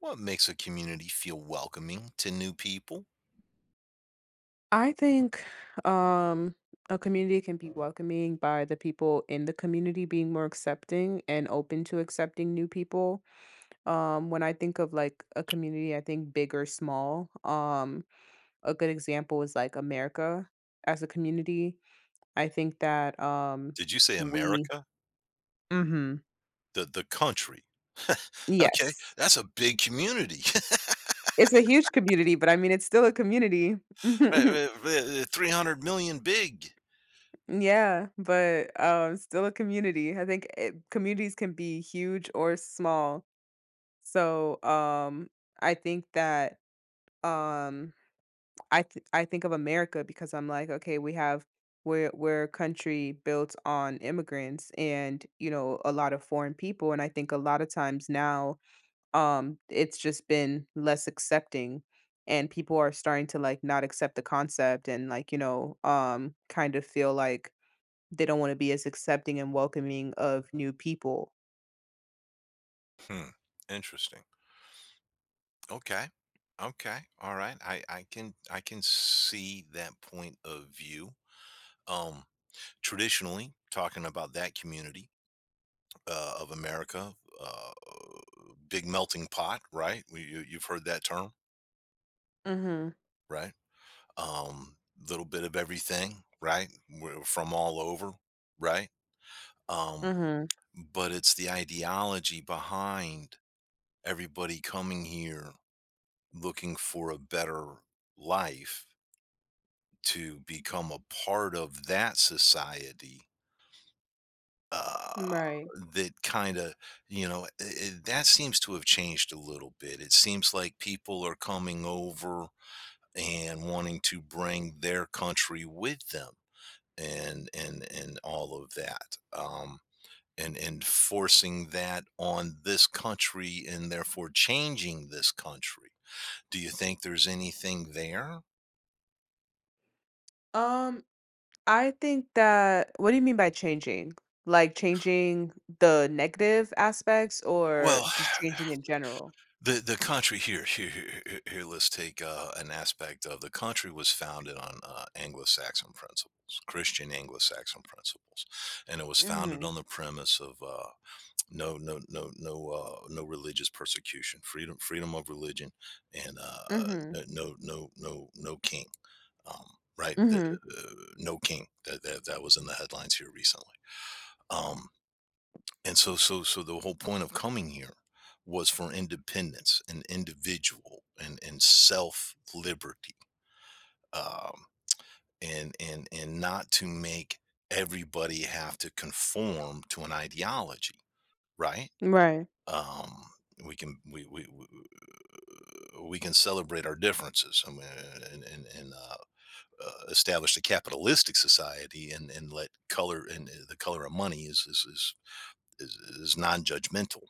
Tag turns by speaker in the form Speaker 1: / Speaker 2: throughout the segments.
Speaker 1: What makes a community feel welcoming to new people?
Speaker 2: I think um, a community can be welcoming by the people in the community being more accepting and open to accepting new people. When I think of like a community, I think big or small. A good example is like America as a community. I think that
Speaker 1: Did you say
Speaker 2: we,
Speaker 1: America?
Speaker 2: hmm
Speaker 1: The country. Okay,
Speaker 2: yes,
Speaker 1: that's a big community.
Speaker 2: it's a huge community, but I mean, it's still a community.
Speaker 1: Right, right, right, 300 million big.
Speaker 2: Yeah, but still a community. I think communities can be huge or small. So I think that um, I think of America because I'm like, okay, we have we're a country built on immigrants and you know a lot of foreign people, and I think a lot of times now it's just been less accepting. And people are starting to like not accept the concept and like, you know, kind of feel like they don't wanna be as accepting and welcoming of new people.
Speaker 1: Hmm. Interesting. Okay. Okay. All right. I can I can see that point of view. Um, Traditionally, talking about that community of America, uh, big melting pot, right? You've heard that term,
Speaker 2: Mhm,
Speaker 1: right? um Little bit of everything, right? We're from all over, right. um
Speaker 2: mhm,
Speaker 1: but it's the ideology behind everybody coming here looking for a better life, to become a part of that society. uh
Speaker 2: right.
Speaker 1: that kind of That seems to have changed a little bit. It seems like people are coming over and wanting to bring their country with them, and all of that, and forcing that on this country and therefore changing this country. Do you think there's anything there?
Speaker 2: Um, I think that what do you mean by changing? Like, changing the negative aspects or
Speaker 1: Well,
Speaker 2: just changing in general?
Speaker 1: the country, let's take an aspect of the country. Was founded on anglo-saxon principles, christian anglo-saxon principles, and it was founded
Speaker 2: Mhm,
Speaker 1: on the premise of no religious persecution, freedom of religion, and
Speaker 2: mhm,
Speaker 1: no king. um right, the,
Speaker 2: mhm,
Speaker 1: no king. That that was in the headlines here recently. um and so the whole point of coming here was for independence and individual and self liberty. um and and not to make everybody have to conform to an ideology, right?
Speaker 2: right,
Speaker 1: um, we can we can celebrate our differences, I mean, and establish a capitalistic society and let color and the color of money is non-judgmental,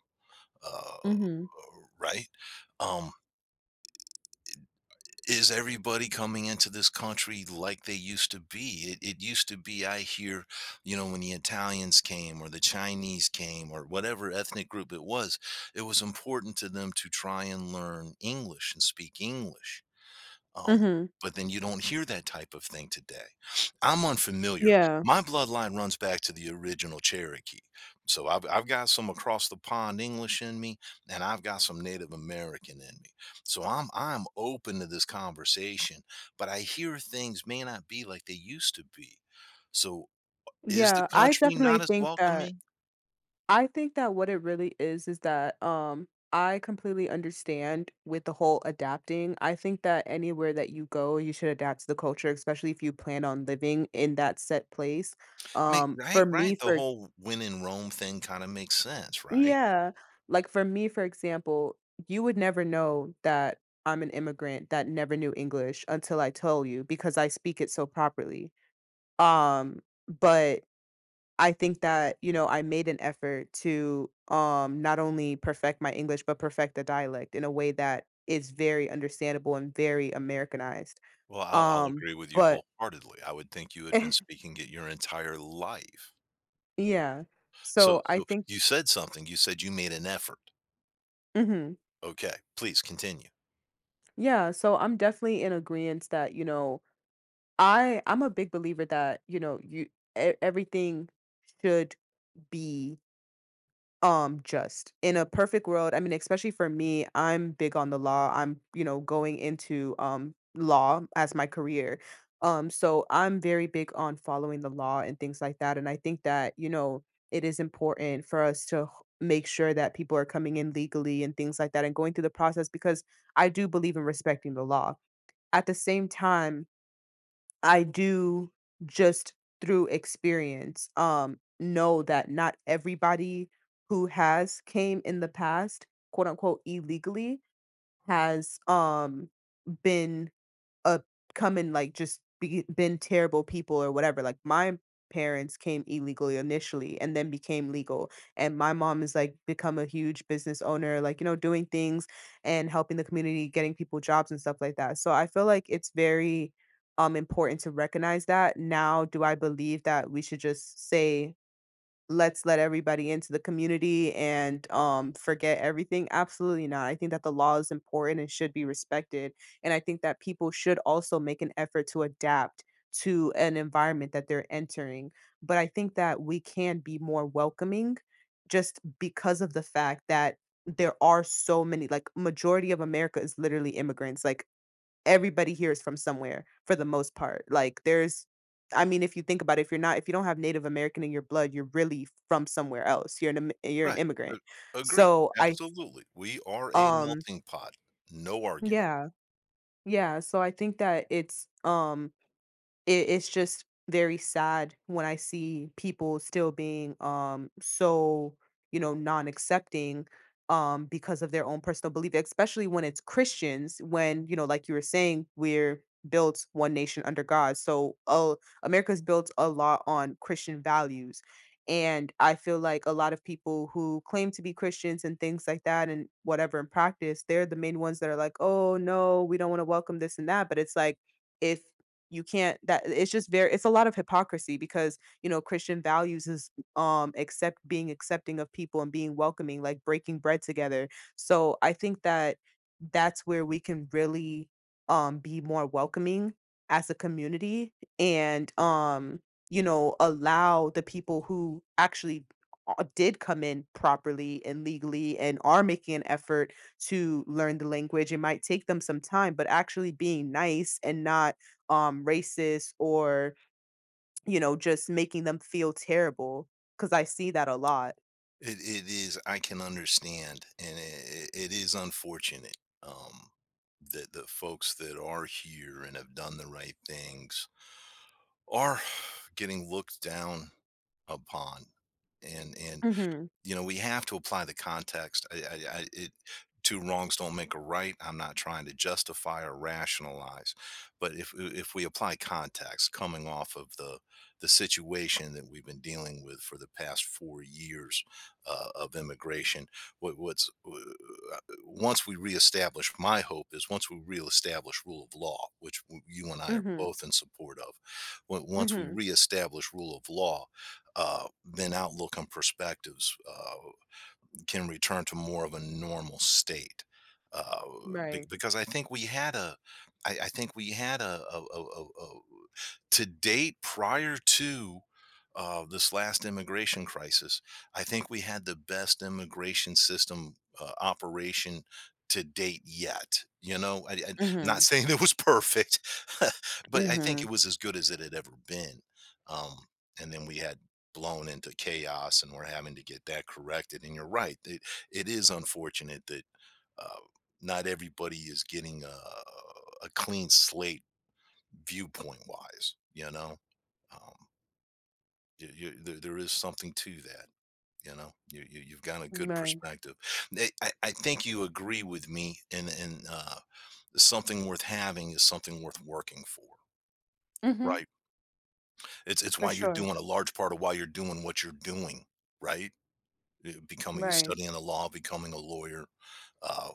Speaker 1: uh,
Speaker 2: mhm,
Speaker 1: right? Um, is everybody coming into this country like they used to be? It used to be, I hear, you know, when the Italians came or the Chinese came or whatever ethnic group it was important to them to try and learn English and speak English. Um,
Speaker 2: mhm,
Speaker 1: but then you don't hear that type of thing today. I'm unfamiliar.
Speaker 2: yeah,
Speaker 1: My bloodline runs back to the original Cherokee. So I've got some across the pond English in me, and I've got some Native American in me. So I'm open to this conversation, but I hear things may not be like they used to be. So is the
Speaker 2: yeah, I
Speaker 1: country
Speaker 2: definitely
Speaker 1: not as
Speaker 2: think that
Speaker 1: welcoming?
Speaker 2: I think that what it really is that I completely understand with the whole adapting. I think that anywhere that you go, you should adapt to the culture, especially if you plan on living in that set place. For
Speaker 1: Right,
Speaker 2: me
Speaker 1: right. The
Speaker 2: for
Speaker 1: whole win in Rome thing kind of makes sense, right?
Speaker 2: yeah, like for me for example, you would never know that I'm an immigrant that never knew English until I told you because I speak it so properly. Um but I think that, you know, I made an effort to not only perfect my English but perfect the dialect in a way that is very understandable and very Americanized.
Speaker 1: Well, I'll
Speaker 2: Um
Speaker 1: agree with you
Speaker 2: but
Speaker 1: wholeheartedly. I would think you had been speaking it your entire life.
Speaker 2: yeah.
Speaker 1: So
Speaker 2: So I
Speaker 1: so
Speaker 2: think
Speaker 1: you said something, you said you made an effort.
Speaker 2: mhm.
Speaker 1: Okay, please continue.
Speaker 2: Yeah, so I'm definitely in agreement that, you know, I'm a big believer that, you know, you everything should be just in a perfect world, I mean, especially for me, I'm big on the law. I'm, you know, going into law as my career. So I'm very big on following the law and things like that. And I think that, you know, it is important for us to make sure that people are coming in legally and things like that and going through the process because I do believe in respecting the law. At the same time, I do just through experience know that not everybody who has came in the past, quote unquote illegally has been uh, come and, like, just be been terrible people or whatever, like, my parents came illegally initially and then became legal, and my mom is, like, become a huge business owner, like, you know, doing things and helping the community, getting people jobs and stuff like that, so I feel like it's very, important to recognize that. Now do I believe that we should just say let's let everybody into the community and forget everything? Absolutely not. I think that the law is important and should be respected. And I think that people should also make an effort to adapt to an environment that they're entering. But I think that we can be more welcoming just because of the fact that there are so many like majority of america is literally immigrants like everybody here is from somewhere for the most part. Like, there's I mean, if you think about it, if you're not if you don't have Native American in your blood, you're really from somewhere else. You're an im you're an
Speaker 1: Right.
Speaker 2: immigrant.
Speaker 1: Agreed.
Speaker 2: So I
Speaker 1: Absolutely. We are a
Speaker 2: um,
Speaker 1: melting pot. No argument.
Speaker 2: yeah, yeah, so I think that it's, It it's just very sad when I see people still being, so, you know, non-accepting, because of their own personal belief, especially when it's Christians, when, you know, like you were saying, we're built one nation under God. So, America's built a lot on Christian values. And I feel like a lot of people who claim to be Christians and things like that and whatever in practice, they're the main ones that are like, "Oh, no, we don't wanna welcome this and that." But it's like, if you can't that it's just very it's a lot of hypocrisy because you know christian values is accept being accepting of people and being welcoming, like breaking bread together. So I think that that's where we can really be more welcoming as a community. And you know, allow the people who actually did come in properly and legally and are making an effort to learn the language. It might take them some time, but actually being nice and not racist or, you know, just making them feel terrible. Because I see that a lot.
Speaker 1: It is, I can understand, and it is unfortunate um that the folks that are here and have done the right things are getting looked down upon, and
Speaker 2: Mhm,
Speaker 1: you know, we have to apply the context. Two wrongs don't make a right. I'm not trying to justify or rationalize, but if we apply context, coming off of the situation that we've been dealing with for the past 4 years of immigration, what, what's w- uh, once we reestablish, my hope is, once we reestablish rule of law, which you and I are
Speaker 2: mhm,
Speaker 1: both in support of. Once we
Speaker 2: mhm,
Speaker 1: reestablish rule of law, then outlook and perspectives can return to more of a normal state. Uh, be-
Speaker 2: right,
Speaker 1: because I think we had I think we had a to date, prior to this last immigration crisis, I think we had the best immigration system operation to date yet. You know, I'm not
Speaker 2: mhm,
Speaker 1: saying it was perfect, but I think
Speaker 2: mhm,
Speaker 1: it was as good as it had ever been. Um, and then we had blown into chaos and we're having to get that corrected, and you're right, it is unfortunate that uh, not everybody is getting a clean slate viewpoint wise, you know. um, there is something to that, you know. You've got a good
Speaker 2: right,
Speaker 1: perspective. I think you agree with me, and something worth having is something worth working for,
Speaker 2: mhm,
Speaker 1: right? It's
Speaker 2: for
Speaker 1: why you're
Speaker 2: sure,
Speaker 1: doing a large part of why you're doing what you're doing, right? Becoming,
Speaker 2: right,
Speaker 1: studying the law, becoming a lawyer. Uh,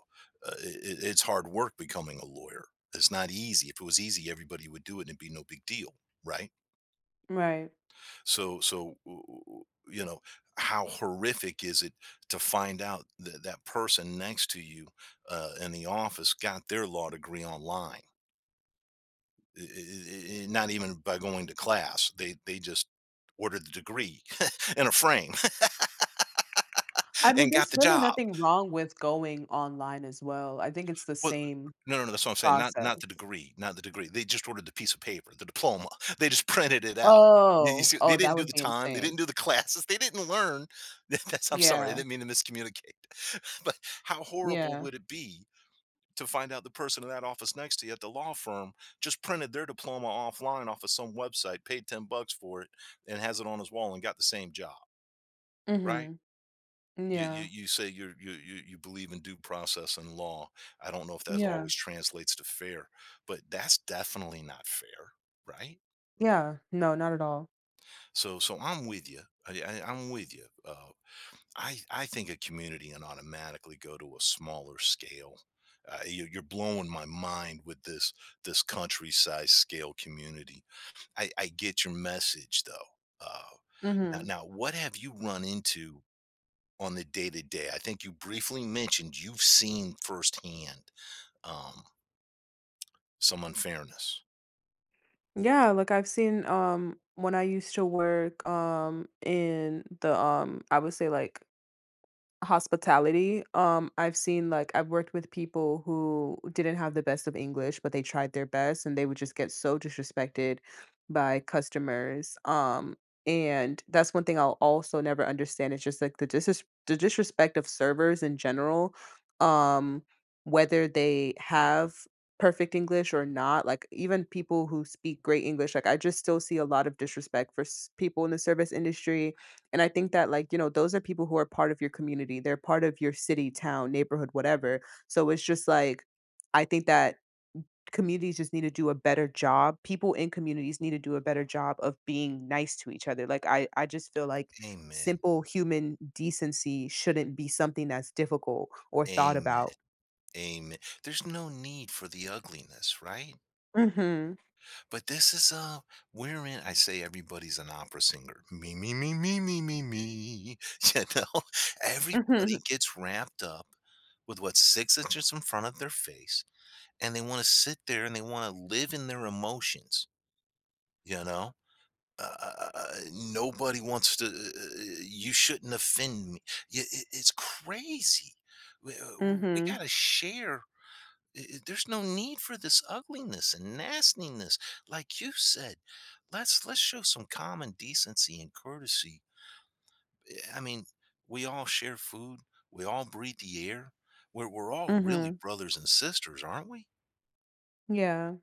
Speaker 1: it's hard work becoming a lawyer. It's not easy. If it was easy, everybody would do it and it'd be no big deal, right?
Speaker 2: right.
Speaker 1: You know, how horrific is it to find out that that person next to you in the office got their law degree online? I- Not even by going to class. They just ordered the degree in a frame
Speaker 2: I mean,
Speaker 1: and got
Speaker 2: there's
Speaker 1: the
Speaker 2: really
Speaker 1: job.
Speaker 2: nothing wrong with going online as well, I think it's the
Speaker 1: Well,
Speaker 2: same
Speaker 1: no, that's what I'm saying,
Speaker 2: process.
Speaker 1: not the degree, not the degree, they just ordered the piece of paper, the diploma, they just printed it out. You
Speaker 2: Oh,
Speaker 1: see
Speaker 2: oh,
Speaker 1: they
Speaker 2: that
Speaker 1: didn't do
Speaker 2: would
Speaker 1: the
Speaker 2: be
Speaker 1: time, they
Speaker 2: insane.
Speaker 1: didn't do the classes, they didn't learn. That's, I'm sorry, I
Speaker 2: Yeah,
Speaker 1: didn't mean to miscommunicate. But how horrible
Speaker 2: yeah,
Speaker 1: would it be to find out the person in that office next to you at the law firm just printed their diploma offline off of some website, paid 10 bucks for it, and has it on his wall and got the same job, right?
Speaker 2: mhm,
Speaker 1: You you
Speaker 2: yeah,
Speaker 1: you say you believe in due process and law. I don't know if that
Speaker 2: yeah,
Speaker 1: always translates to fair, but that's definitely not fair, right?
Speaker 2: yeah, no, not at all,
Speaker 1: So I'm with you. I'm with you. I think a community can automatically go to a smaller scale. You're blowing my mind with this country size scale community. I get your message though. Uh, Now,
Speaker 2: mhm.
Speaker 1: now, what have you run into on the day to day? I think you briefly mentioned you've seen firsthand um, some unfairness.
Speaker 2: Yeah, like I've seen when I used to work in the I would say like hospitality, I've seen, like I've worked with people who didn't have the best of English, but they tried their best and they would just get so disrespected by customers, and that's one thing I'll also never understand. It's just, like, the disrespect of servers in general, um, whether they have perfect English or not, like, even people who speak great English, like, I just still see a lot of disrespect for s people in the service industry, and I think that, like, you know, those are people who are part of your community. They're part of your city, town, neighborhood, whatever. So it's just like, I think that communities just need to do a better job. People in communities need to do a better job of being nice to each other. Like, I just feel like
Speaker 1: Amen.
Speaker 2: simple human decency shouldn't be something that's difficult or thought
Speaker 1: Amen.
Speaker 2: about.
Speaker 1: Amen. There's no need for the ugliness, right?
Speaker 2: Mm-hmm.
Speaker 1: But this is wherein I say everybody's an opera singer. Me. You know,
Speaker 2: Mm-hmm.
Speaker 1: everybody gets wrapped up with what's 6 inches in front of their face, and they want to sit there and they want to live in their emotions, you know? Nobody wants to. You shouldn't offend me. It's crazy. We, uh, we
Speaker 2: Mm-hmm.
Speaker 1: gotta share. There's no need for this ugliness and nastiness, like you said. Let's show some common decency and courtesy. I mean, we all share food. We all breathe the air. We're all really
Speaker 2: Mm-hmm.
Speaker 1: brothers and sisters, aren't we?
Speaker 2: Yeah.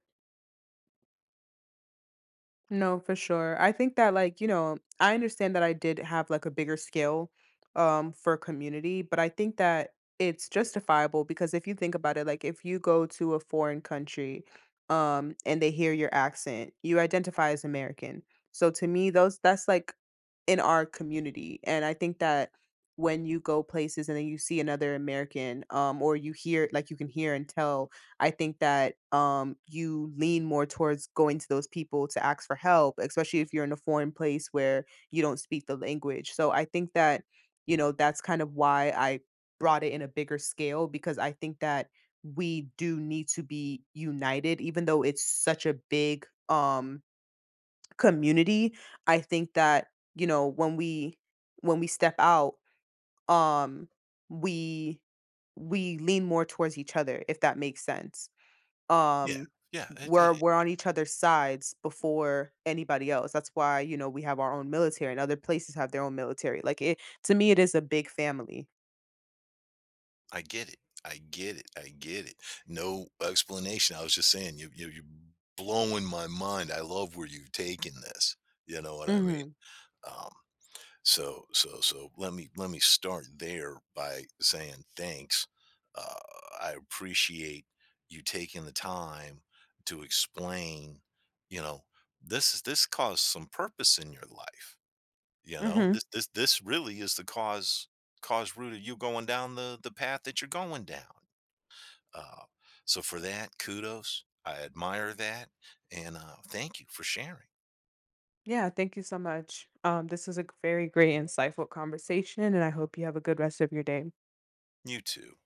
Speaker 2: No, for sure. I think that like, you know, I understand that I did have like a bigger scale for community, but I think that it's justifiable because if you think about it, like if you go to a foreign country and they hear your accent, you identify as American. So to me, those that's like in our community. And I think that when you go places and then you see another American, or you hear like you can hear and tell, I think that you lean more towards going to those people to ask for help, especially if you're in a foreign place where you don't speak the language. So I think that, you know, that's kind of why I brought it in a bigger scale because I think that we do need to be united, even though it's such a big community, I think that, you know, when we step out, um we we lean more towards each other, if that makes sense.
Speaker 1: Yeah.
Speaker 2: Um
Speaker 1: Yeah.
Speaker 2: we're on each other's sides before anybody else. That's why, you know, we have our own military and other places have their own military. Like, it to me it is a big family.
Speaker 1: I get it. I get it. I get it. No explanation. I was just saying, you're blowing my mind. I love where you've taken this. You know what I mean?
Speaker 2: Mhm.
Speaker 1: Um, so let me start there by saying thanks. Uh, I appreciate you taking the time to explain, you know, is this caused some purpose in your life. You know,
Speaker 2: Mhm.
Speaker 1: this really is the cause, cause root of you going down the path that you're going down, uh, so for that, kudos. I admire that, and thank you for sharing.
Speaker 2: Yeah, thank you so much. This was a very great insightful conversation and I hope you have a good rest of your day.
Speaker 1: You too.